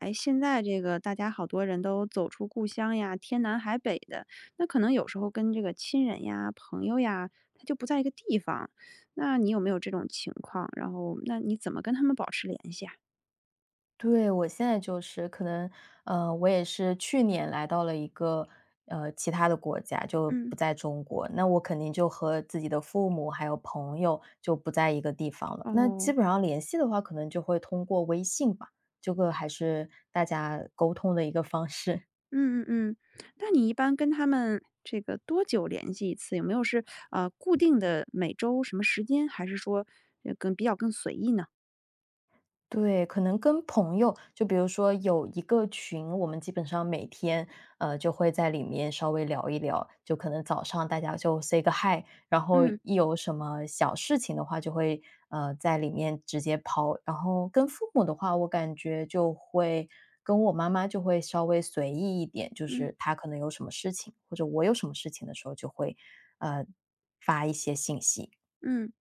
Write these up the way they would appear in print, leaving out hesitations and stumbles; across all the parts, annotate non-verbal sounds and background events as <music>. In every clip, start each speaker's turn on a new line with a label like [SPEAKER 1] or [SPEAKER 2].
[SPEAKER 1] 哎，现在这个大家好多人都走出故乡呀，天南海北的，那可能有时候跟这个亲人呀、朋友呀，他就不在一个地方。那你有没有这种情况？然后，那你怎么跟他们保持联系啊？
[SPEAKER 2] 对，我现在就是可能，我也是去年来到了一个其他的国家，就
[SPEAKER 1] 嗯。
[SPEAKER 2] 不在中国，那我肯定就和自己的父母还有朋友就不在一个地方了。那基
[SPEAKER 1] 哦，
[SPEAKER 2] 本上联系的话，可能就会通过微信吧，这个还是大家沟通的一个方式。
[SPEAKER 1] 嗯嗯嗯，那你一般跟他们这个多久联系一次？有没有是固定的每周什么时间，还是说更比较更随意呢？
[SPEAKER 2] 对，可能跟朋友，就比如说有一个群，我们基本上每天，就会在里面稍微聊一聊，就可能早上大家就 say 个 hi，然后
[SPEAKER 1] 嗯
[SPEAKER 2] 一有什么小事情的话，就会在里面直接抛。然后跟父母的话，我感觉就会跟我妈妈就会稍微随意一点，就
[SPEAKER 1] 嗯。
[SPEAKER 2] 是她可能有什么事情，或者我有什么事情的时候，就会呃发一些信息。
[SPEAKER 1] 嗯，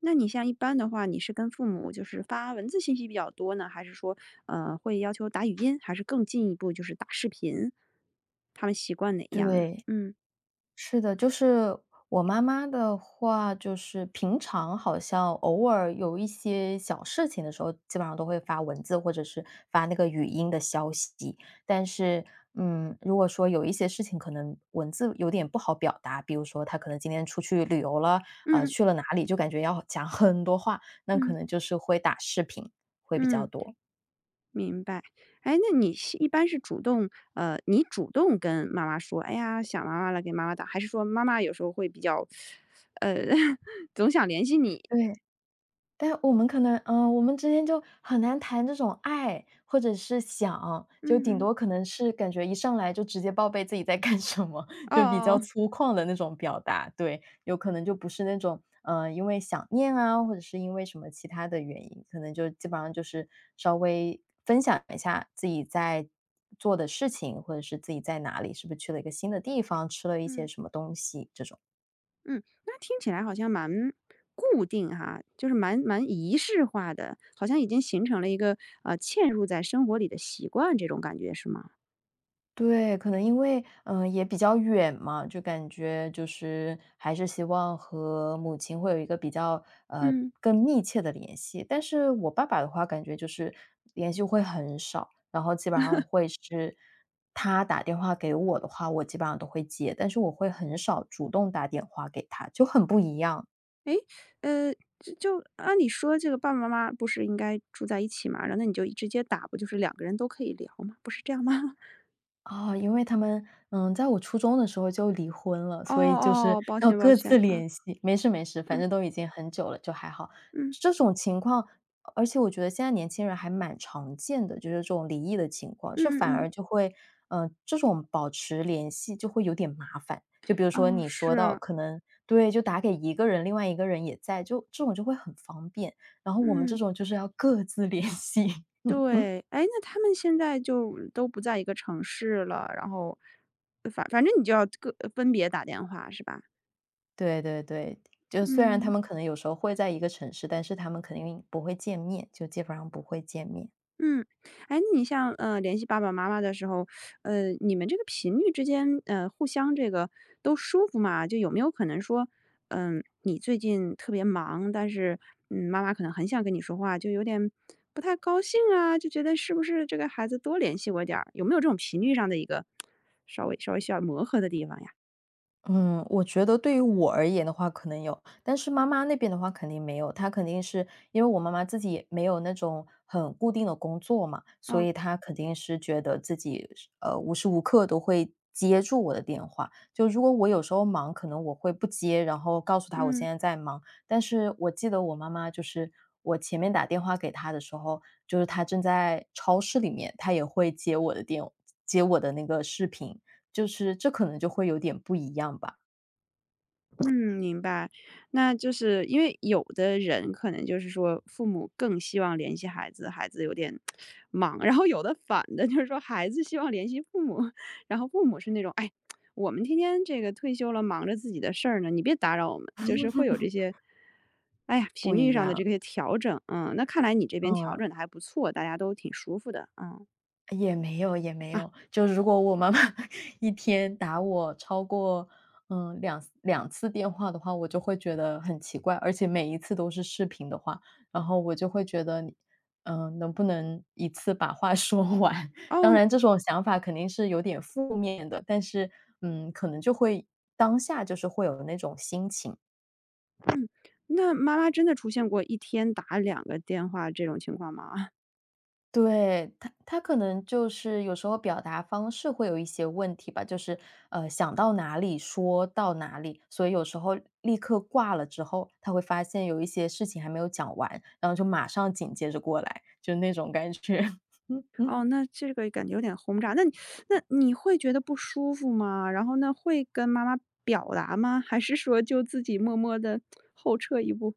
[SPEAKER 1] 那你像一般的话，你是跟父母就是发文字信息比较多呢，还是说，会要求打语音，还是更进一步就是打视频？他们习惯哪样呢？
[SPEAKER 2] 对，
[SPEAKER 1] 嗯
[SPEAKER 2] 是的，就是我妈妈的话，就是平常好像偶尔有一些小事情的时候，基本上都会发文字或者是发那个语音的消息。但是，嗯，如果说有一些事情可能文字有点不好表达，比如说她可能今天出去旅游了，
[SPEAKER 1] 嗯
[SPEAKER 2] 去了哪里，就感觉要讲很多话，那可
[SPEAKER 1] 嗯
[SPEAKER 2] 能就是会打视频会比较
[SPEAKER 1] 嗯，
[SPEAKER 2] 多。
[SPEAKER 1] 明白。哎，那你是一般是主动，你主动跟妈妈说，哎呀，想妈妈了，给妈妈打，还是说妈妈有时候会比较，呃，<laughs> 总想联系你？
[SPEAKER 2] 对，但我们可能，嗯，我们之间就很难谈这种爱或者是想，就顶
[SPEAKER 1] 嗯，嗯
[SPEAKER 2] 多可能是感觉一上来就直接报备自己在干什么，
[SPEAKER 1] 哦哦，
[SPEAKER 2] 就比较
[SPEAKER 1] 哦
[SPEAKER 2] 粗犷的那种表达。对，有可能就不是那种，因为想念啊，或者是因为什么其他的原因，可能就基本上就是稍微分享一下自己在做的事情，或者是自己在哪里，是不是去了一个新的地方，吃了一些
[SPEAKER 1] 嗯。
[SPEAKER 2] 什么东西这种。
[SPEAKER 1] 嗯，那听起来好像蛮固定哈，就是蛮仪式化的，好像已经形成了一个嵌入在生活里的习惯，这种感觉是吗？
[SPEAKER 2] 对，可能因为，嗯，也比较远嘛，就感觉就是还是希望和母亲会有一个比较，
[SPEAKER 1] 嗯，
[SPEAKER 2] 更密切的联系。但是我爸爸的话，感觉就是联系会很少，然后基本上会是他打电话给我的话，我基本上都会接，但是我会很少主动打电话给他，就很不一样。
[SPEAKER 1] 诶，就按理说这个爸爸妈妈不是应该住在一起嘛，然后那你就直接打，不就是两个人都可以聊吗？不是这样吗？<laughs>
[SPEAKER 2] 哦，因为他们，嗯，在我初中的时候就离婚了，
[SPEAKER 1] 哦
[SPEAKER 2] 所以就是
[SPEAKER 1] 哦，抱
[SPEAKER 2] 要
[SPEAKER 1] 歉抱
[SPEAKER 2] 各自
[SPEAKER 1] 歉，啊
[SPEAKER 2] 联系。没事没事，反
[SPEAKER 1] 嗯
[SPEAKER 2] 正都已经很久了，就还好。
[SPEAKER 1] 嗯
[SPEAKER 2] 这种情况，而且我觉得现在年轻人还蛮常见的，就是这种离异的情况，这
[SPEAKER 1] 嗯
[SPEAKER 2] 反
[SPEAKER 1] 嗯嗯，
[SPEAKER 2] 而就会，嗯，这种保持联系就会有点麻烦。就比如
[SPEAKER 1] 哦
[SPEAKER 2] 说你说到
[SPEAKER 1] 是，
[SPEAKER 2] 可能对，就打给一个人，另外一个人也在，就这种就会很方便。然后我们这
[SPEAKER 1] 嗯。
[SPEAKER 2] 种就是要各自联系。<laughs> 嗯。
[SPEAKER 1] 对，哎，那他们现在就都不在一个城市了，然后，反正你就要各分别打电话是吧？
[SPEAKER 2] 对对对，就虽然他
[SPEAKER 1] 嗯，
[SPEAKER 2] 们可能有时候会在一个城市，但是他们肯定不会见面，就基本上不会见面。
[SPEAKER 1] 嗯。哎，那你像，联系爸爸妈妈的时候，你们这个频率之间，互相这个都舒服嘛？就有没有可能说，你最近特别忙，但是，妈妈可能很想跟你说话，就有点不太高兴啊，就觉得是不是这个孩子多联系我点儿，有没有这种频率上的一个稍微需要磨合的地方呀？
[SPEAKER 2] 嗯，我觉得对于我而言的话可能有，但是妈妈那边的话肯定没有。她肯定是因为我妈妈自己也没有那种很固定的工作嘛，所
[SPEAKER 1] 嗯
[SPEAKER 2] 以她肯定是觉得自己是无时无刻都会接住我的电话。就如果我有时候忙，可能我会不接，然后告诉她我现
[SPEAKER 1] 嗯
[SPEAKER 2] 在在忙。但是我记得我妈妈就是我前面打电话给她的时候，就是她正在超市里面，她也会接我的电接我的那个视频。就是这可能就会有点不一样吧，
[SPEAKER 1] 嗯，明白。那就是因为有的人可能就是说，父母更希望联系孩子，孩子有点 <tsk> 忙；然后有的反的，就是说孩子希望联系父母，然后父母是那种，哎，我们天天这个退休了，忙着自己的事儿呢，你别打扰我们，就是会有这些，哎呀，
[SPEAKER 2] 不
[SPEAKER 1] 频率
[SPEAKER 2] 一
[SPEAKER 1] 上的这
[SPEAKER 2] 样，
[SPEAKER 1] 个调整。嗯，那看来你这边调
[SPEAKER 2] 嗯，
[SPEAKER 1] 整的还不错，大家都挺舒服的。嗯
[SPEAKER 2] 也没有也没
[SPEAKER 1] 啊
[SPEAKER 2] 有，就如果我妈妈 <laughs> 一天打我超过，嗯两次电话的话，我就会觉得很奇怪，而且每一次都是视频的话，然后我就会觉得你嗯，能不能一次把话 <laughs> 说完？<laughs> 当
[SPEAKER 1] 哦，
[SPEAKER 2] 然这种想法肯定是有点负面的，但是，嗯，可能就会当下就是会有那种心情。
[SPEAKER 1] 那妈妈真的出现过一天打两个电话这种情况吗？<laughs>
[SPEAKER 2] 对，他可能就是有时候表达方式会有一些问题吧，就是想到哪里说到哪里，所以有时候立刻挂了之后，他会发现有一些事情还没有讲完，然后就马上紧接着过来，就那种感觉。<laughs> 嗯嗯。
[SPEAKER 1] 哦，那这个感觉有点轰炸。那你会觉得不舒服吗？然后呢，会跟妈妈表达吗？还是说就自己默默的后撤一步？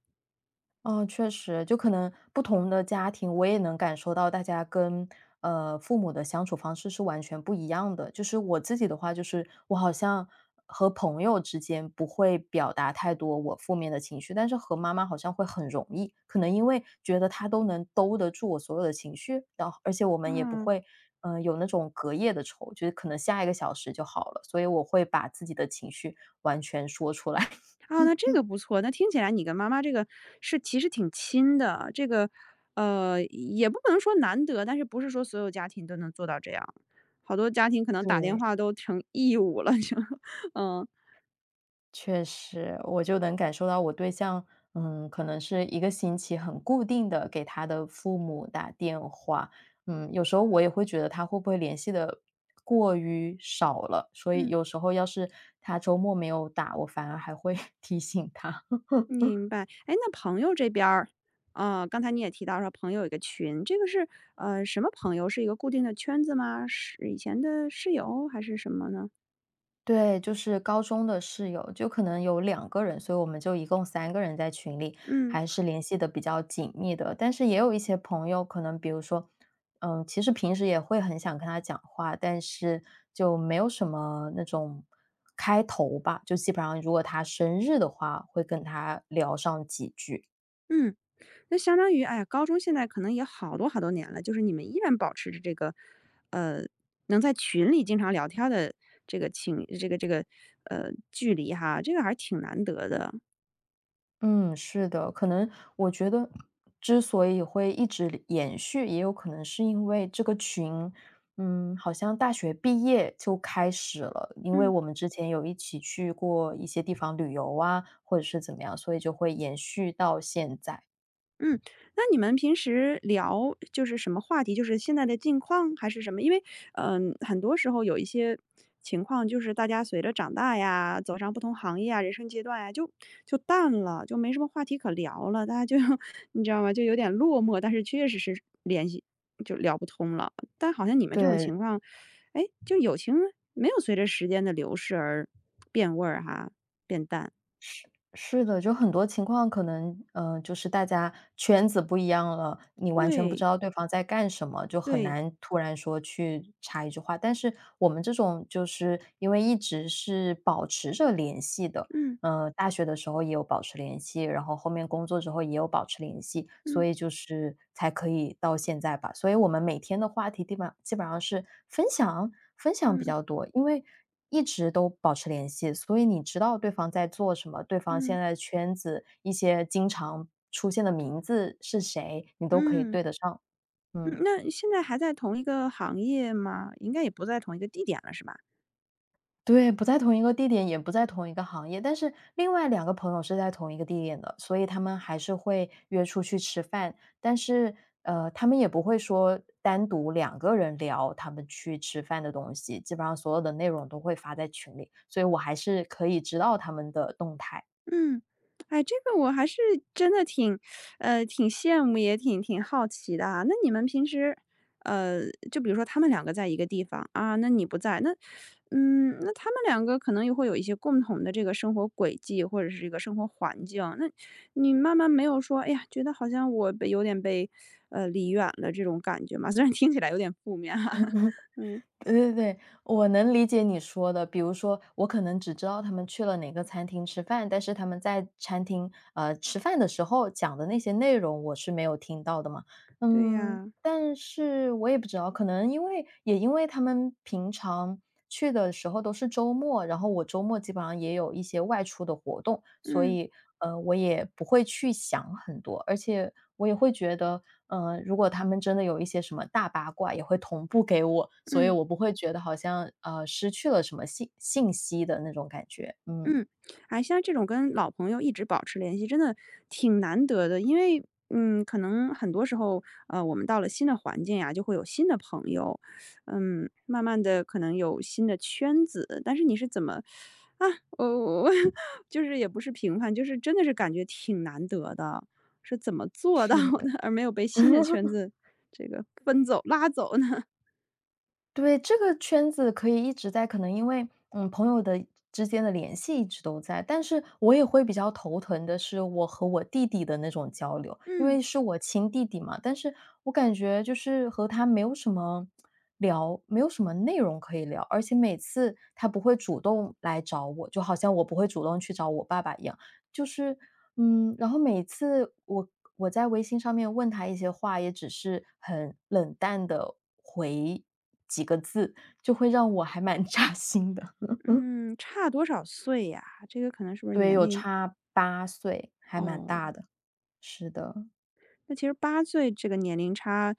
[SPEAKER 2] 嗯，确实，就可能不同的家庭，我也能感受到大家跟父母的相处方式是完全不一样的。就是我自己的话，就是我好像和朋友之间不会表达太多我负面的情绪，但是和妈妈好像会很容易。可能因为觉得她都能兜得住我所有的情绪，然后而且我们也不
[SPEAKER 1] 啊，
[SPEAKER 2] 会有那种隔夜的仇，就是可能下一个小时就好了。所以我会把自己的情绪完全说出来。<laughs>
[SPEAKER 1] 啊，那这个不错，那听起来你跟妈妈这个是其实挺亲的，这个，也不能说难得，但是不是说所有家庭都能做到这样，好多家庭可能打电
[SPEAKER 2] 对，
[SPEAKER 1] 话都成义务了就 <laughs>，嗯，
[SPEAKER 2] 确实，我就能感受到我对象，嗯，可能是1个星期很固定的给他的父母打电话，嗯，有时候我也会觉得他会不会联系的过于少了，所以
[SPEAKER 1] 嗯。
[SPEAKER 2] 有时候要是他周末没有打，我反而还会 <laughs> 提醒他。
[SPEAKER 1] 明白，哎，那朋友这边儿，啊，刚才你也提到说朋友有一个群，这个是什么朋友？是一个固定的圈子吗？是以前的室友还是什么呢？
[SPEAKER 2] 对，就是高中的室友，就可能有两个人，所以我们就一共3个人在群里，
[SPEAKER 1] 嗯
[SPEAKER 2] 还是联系的比较紧密的。但是也有一些朋友，可能比如说，嗯，其实平时也会很想跟他讲话，但是就没有什么那种开头吧，就基本上如果他生日的话，会跟他聊上几句。
[SPEAKER 1] 嗯，那相当于，哎呀，高中现在可能也好多好多年了，就是你们依然保持着这个，呃，能在群里经常聊天儿的这个情，这个这个呃距离哈，这个还是挺难得的。
[SPEAKER 2] 嗯，是的，可能我觉得之所以会一直延续，也有可能是因为这个群，嗯，好像大学毕业就开始了，因为
[SPEAKER 1] 嗯。
[SPEAKER 2] 我们之前有一起去过一些地方旅游啊，或者是怎么样，所以就会延续到现在。
[SPEAKER 1] 嗯，那你们平时聊就是什么话题？就是现在的近况还是什么？因为，很多时候有一些情况，就是大家随着长大呀，走上不同行业啊、人生阶段呀，就淡了，就没什么话题可聊了。大家就 <laughs> 你知道吗？就有点落寞，但是确实是联系就聊不通了。但好像你们这种
[SPEAKER 2] 对，
[SPEAKER 1] 情况，哎，就友情没有随着时间的流逝而变味儿哈，变淡。
[SPEAKER 2] 是是的，就很多情况可能，嗯，就是大家圈子不一样了，你完全不
[SPEAKER 1] 对
[SPEAKER 2] 知道对方在干什么，就很
[SPEAKER 1] 对，
[SPEAKER 2] 难突然说去插一句话。但是我们这种就是因为一直是保持着联系的，
[SPEAKER 1] 嗯
[SPEAKER 2] 大学的时候也有保持联系，然后后面工作之后也有保持联系，
[SPEAKER 1] 嗯
[SPEAKER 2] 所
[SPEAKER 1] 嗯
[SPEAKER 2] 以就是才可以到现在吧。所以我们每天的话题基本上是分享比
[SPEAKER 1] 嗯。
[SPEAKER 2] 较多，因为一直都保持联系，所以你知道对方在做什么，对方现
[SPEAKER 1] 嗯
[SPEAKER 2] 在的圈子，一些经常出现的名字是谁，你都可以
[SPEAKER 1] 嗯，
[SPEAKER 2] 对得上。
[SPEAKER 1] 嗯
[SPEAKER 2] 嗯。
[SPEAKER 1] 那现在还在同一个行业吗？应该也不在同一个地点了，是吧？
[SPEAKER 2] 对，不在同一个地点，也不在同一个行业，但是另外2个朋友是在同一个地点的，所以他们还是会约出去吃饭，但是，他们也不会说单独两个人聊他们去吃饭的东西，基本上所有的内容都会发在群里，所以我还是可以知道他们的动态。
[SPEAKER 1] 嗯，哎，这个我还是真的挺羡慕，也挺好奇的啊。那你们平时，呃，就比如说他们两个在一个地方啊，那你不在，那，那他们两个可能也会有一些共同的这个生活轨迹或者是一个生活环境。那你慢慢没有说，哎呀，觉得好像我被有点被，离远了这种感觉嘛？<laughs> 虽然听起来有点负面哈、<laughs> 嗯。
[SPEAKER 2] 对对对，我能理解你说的。比如说，我可能只知道他们去了哪个餐厅吃饭，但是他们在餐厅吃饭的时候讲的那些内容，我是没有听到的嘛。
[SPEAKER 1] 对
[SPEAKER 2] 嗯，
[SPEAKER 1] 呀，
[SPEAKER 2] 但是我也不知道，可能因为也因为他们平常去的时候都是周末，然后我周末基本上也有一些外出的活动，所
[SPEAKER 1] 嗯
[SPEAKER 2] 以，我也不会去想很多，而且我也会觉得，如果他们真的有一些什么大八卦，也会同步给我，所以
[SPEAKER 1] 嗯
[SPEAKER 2] 我不会觉得好像，失去了什么信息的那种感觉，嗯。
[SPEAKER 1] 嗯，哎，像这种跟老朋友一直保持联系，真的挺难得的。因为，可能很多时候，我们到了新的环境呀，就会有新的朋友，慢慢的可能有新的圈子。但是你是怎么啊？我我 <laughs> 就是也不是评判，就是真的是感觉挺难得的，是怎么做到
[SPEAKER 2] 是的，
[SPEAKER 1] 的，而没有被新的
[SPEAKER 2] <laughs>
[SPEAKER 1] 圈子这个分走拉走呢？
[SPEAKER 2] 对，这个圈子可以一直在，可能因为，嗯，朋友的之间的联系一直都在，但是我也会比较头疼的是我和我弟弟的那种交流，
[SPEAKER 1] <laughs>
[SPEAKER 2] 因
[SPEAKER 1] 嗯。
[SPEAKER 2] 为是我亲弟弟嘛，但是我感觉就是和他没有什么聊，没有什么内容可以聊，而且每次他不会主动来找我，就好像我不会主动去找我爸爸一样，就是，嗯，然后每次我在微信上面问他一些话，也只是很冷淡的回几个字，就会让我还蛮 <laughs> 扎心的。
[SPEAKER 1] 嗯，差多少岁呀？这个可能是不是
[SPEAKER 2] 对，
[SPEAKER 1] 年
[SPEAKER 2] 有
[SPEAKER 1] 龄
[SPEAKER 2] 差八岁，还蛮
[SPEAKER 1] 哦，
[SPEAKER 2] 大的，是的。
[SPEAKER 1] 那其实八岁这个年龄差，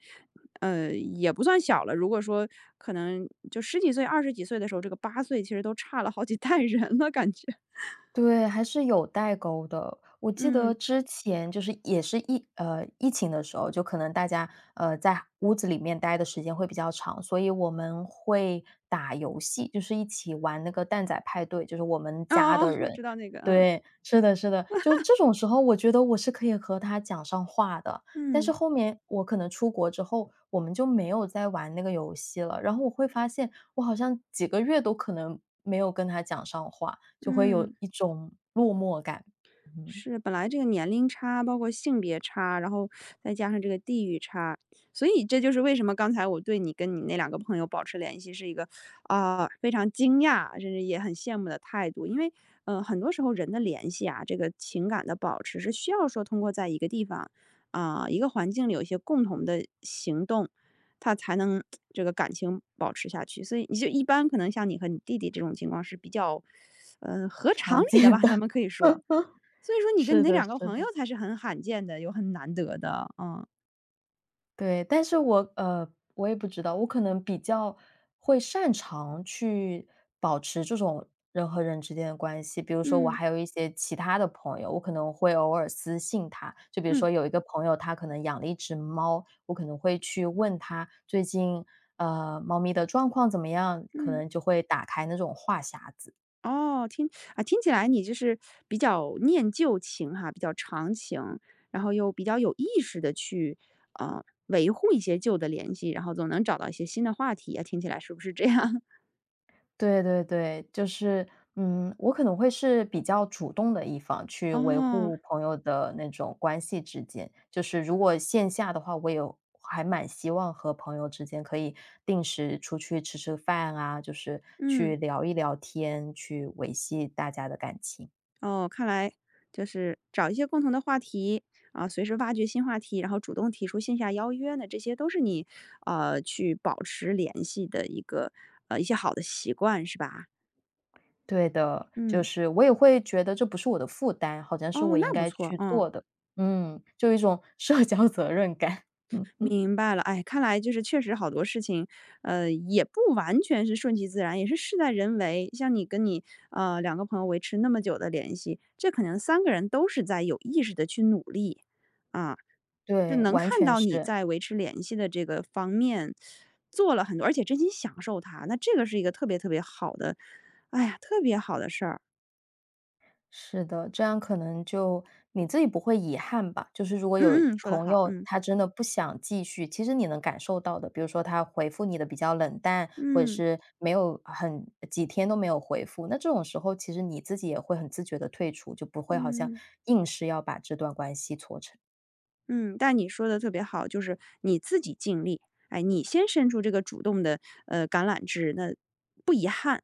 [SPEAKER 1] 也不算小了。如果说可能就十几岁、二十几岁的时候，这个八岁其实都差了好几代人了感觉。<laughs>
[SPEAKER 2] 对，还是有代沟的。我记得
[SPEAKER 1] 嗯，
[SPEAKER 2] 之前就是也是疫情的时候，就可能大家，在屋子里面待的时间会比较长，所以我们会打游戏，就是一起玩那个蛋仔派对，就是我们
[SPEAKER 1] 哦
[SPEAKER 2] 家
[SPEAKER 1] 哦哦，
[SPEAKER 2] 的
[SPEAKER 1] 我
[SPEAKER 2] 人
[SPEAKER 1] 知道那个，嗯，
[SPEAKER 2] 对，是的是的，就是这种时候，我觉得我是可以和他讲上话的。但是
[SPEAKER 1] 嗯，
[SPEAKER 2] 后面我可能出国之后，我们就没有再玩那个游戏了，然后我会发现，我好像几个月都可能没有跟他讲上话，就会有
[SPEAKER 1] 嗯。
[SPEAKER 2] 一种落寞感，嗯，
[SPEAKER 1] 是，本来这个年龄差，包括性别差，然后再加上这个地域差，所以这就是为什么刚才我对你跟你那两个朋友保持联系是一个啊、非常惊讶，甚至也很羡慕的态度。因为很多时候人的联系啊，这个情感的保持是需要说通过在一个地方啊、一个环境里有一些共同的行动，他才能这个感情保持下去。所以你就一般可能像你和你弟弟这种情况是比较合常
[SPEAKER 2] 常
[SPEAKER 1] 理的
[SPEAKER 2] 见
[SPEAKER 1] 吧，
[SPEAKER 2] 的，
[SPEAKER 1] 咱们可
[SPEAKER 2] <laughs>
[SPEAKER 1] 以说。所以说你跟你
[SPEAKER 2] 是
[SPEAKER 1] 那
[SPEAKER 2] 的
[SPEAKER 1] 两个
[SPEAKER 2] 是
[SPEAKER 1] 朋友
[SPEAKER 2] 的。
[SPEAKER 1] 才是很罕见的，有很难得的，嗯。
[SPEAKER 2] 对，但是我我也不知道，我可能比较会擅长去保持这种人和人之间的关系。比如说我
[SPEAKER 1] 嗯，
[SPEAKER 2] 还有一些其他的朋友，我可能会偶尔私信他，就比如
[SPEAKER 1] 嗯，
[SPEAKER 2] 说有一个朋友，他可能养了一只猫，我可能会去问他最近猫咪的状况怎么样，可
[SPEAKER 1] 嗯。
[SPEAKER 2] 能就会打开那种话匣子。
[SPEAKER 1] 哦，听起来你就是比较念旧情哈，比较长情，然后又比较有意识的去，呃，维护一些旧的联系，然后总能找到一些新的话题啊，听起来是不是这样？
[SPEAKER 2] 对对对，就是，嗯，我可能会是比较主动的一方，
[SPEAKER 1] <laughs>
[SPEAKER 2] 去维
[SPEAKER 1] 哦。
[SPEAKER 2] 护朋友的那种关系之间。就是如果线下的话，我有还蛮希望和朋友之间可以定时出去吃吃饭啊，就是
[SPEAKER 1] 嗯。
[SPEAKER 2] 去聊一聊天，去维系大家的感情。
[SPEAKER 1] 哦，看来就是找一些共同的话题啊，随时挖掘新话题，然后主动提出线下邀约呢，这些都是你去保持联系的一些好的习惯，是吧？
[SPEAKER 2] 对的，就
[SPEAKER 1] 嗯，
[SPEAKER 2] 是我也会觉得这不是我的负担，好像是
[SPEAKER 1] 哦，
[SPEAKER 2] 我
[SPEAKER 1] 那
[SPEAKER 2] 应
[SPEAKER 1] 不
[SPEAKER 2] 该
[SPEAKER 1] 错，
[SPEAKER 2] 去
[SPEAKER 1] 嗯，
[SPEAKER 2] 做的。嗯，就有一种社交责任感。<laughs> 嗯嗯，
[SPEAKER 1] 明白了。哎，看来就是确实好多事情，也不完全是顺其自然，也是事在人为。像你跟你两个朋友维持那么久的联系，这可能三个人都是在有意识的去努力啊。就
[SPEAKER 2] 对，
[SPEAKER 1] 能
[SPEAKER 2] 完
[SPEAKER 1] 看
[SPEAKER 2] 全
[SPEAKER 1] 到你
[SPEAKER 2] 是。
[SPEAKER 1] 在维持联系的这个方面做了很多，而且真心享受它，那这个是一个特别特别好的，哎呀，特别好的事儿。
[SPEAKER 2] 是的，这样可能就你自己不会遗憾吧。就是如果有
[SPEAKER 1] 嗯嗯，说的
[SPEAKER 2] 朋
[SPEAKER 1] 好，
[SPEAKER 2] 友
[SPEAKER 1] 嗯
[SPEAKER 2] 他真的不想继续，其实你能感受到的，比如说他回复你的比较冷淡，或者
[SPEAKER 1] 嗯
[SPEAKER 2] 是没有很几天都没有回复，那这种时候其实你自己也会很自觉的退出，就不会好像
[SPEAKER 1] 嗯
[SPEAKER 2] 硬是要把这段关系搓成。
[SPEAKER 1] 嗯。但你说的特别好，就是你自己尽力，哎，你先伸出这个主动的橄榄枝，那不遗憾。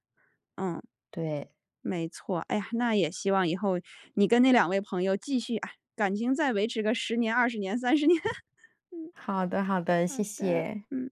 [SPEAKER 1] 嗯，
[SPEAKER 2] 对，
[SPEAKER 1] 没错。哎呀，那也希望以后你跟那两位朋友继续啊，哎，感情再维持个十年、20年、30年。<laughs>
[SPEAKER 2] 好的，好的，
[SPEAKER 1] 好
[SPEAKER 2] 谢
[SPEAKER 1] 的，
[SPEAKER 2] 谢。
[SPEAKER 1] 嗯。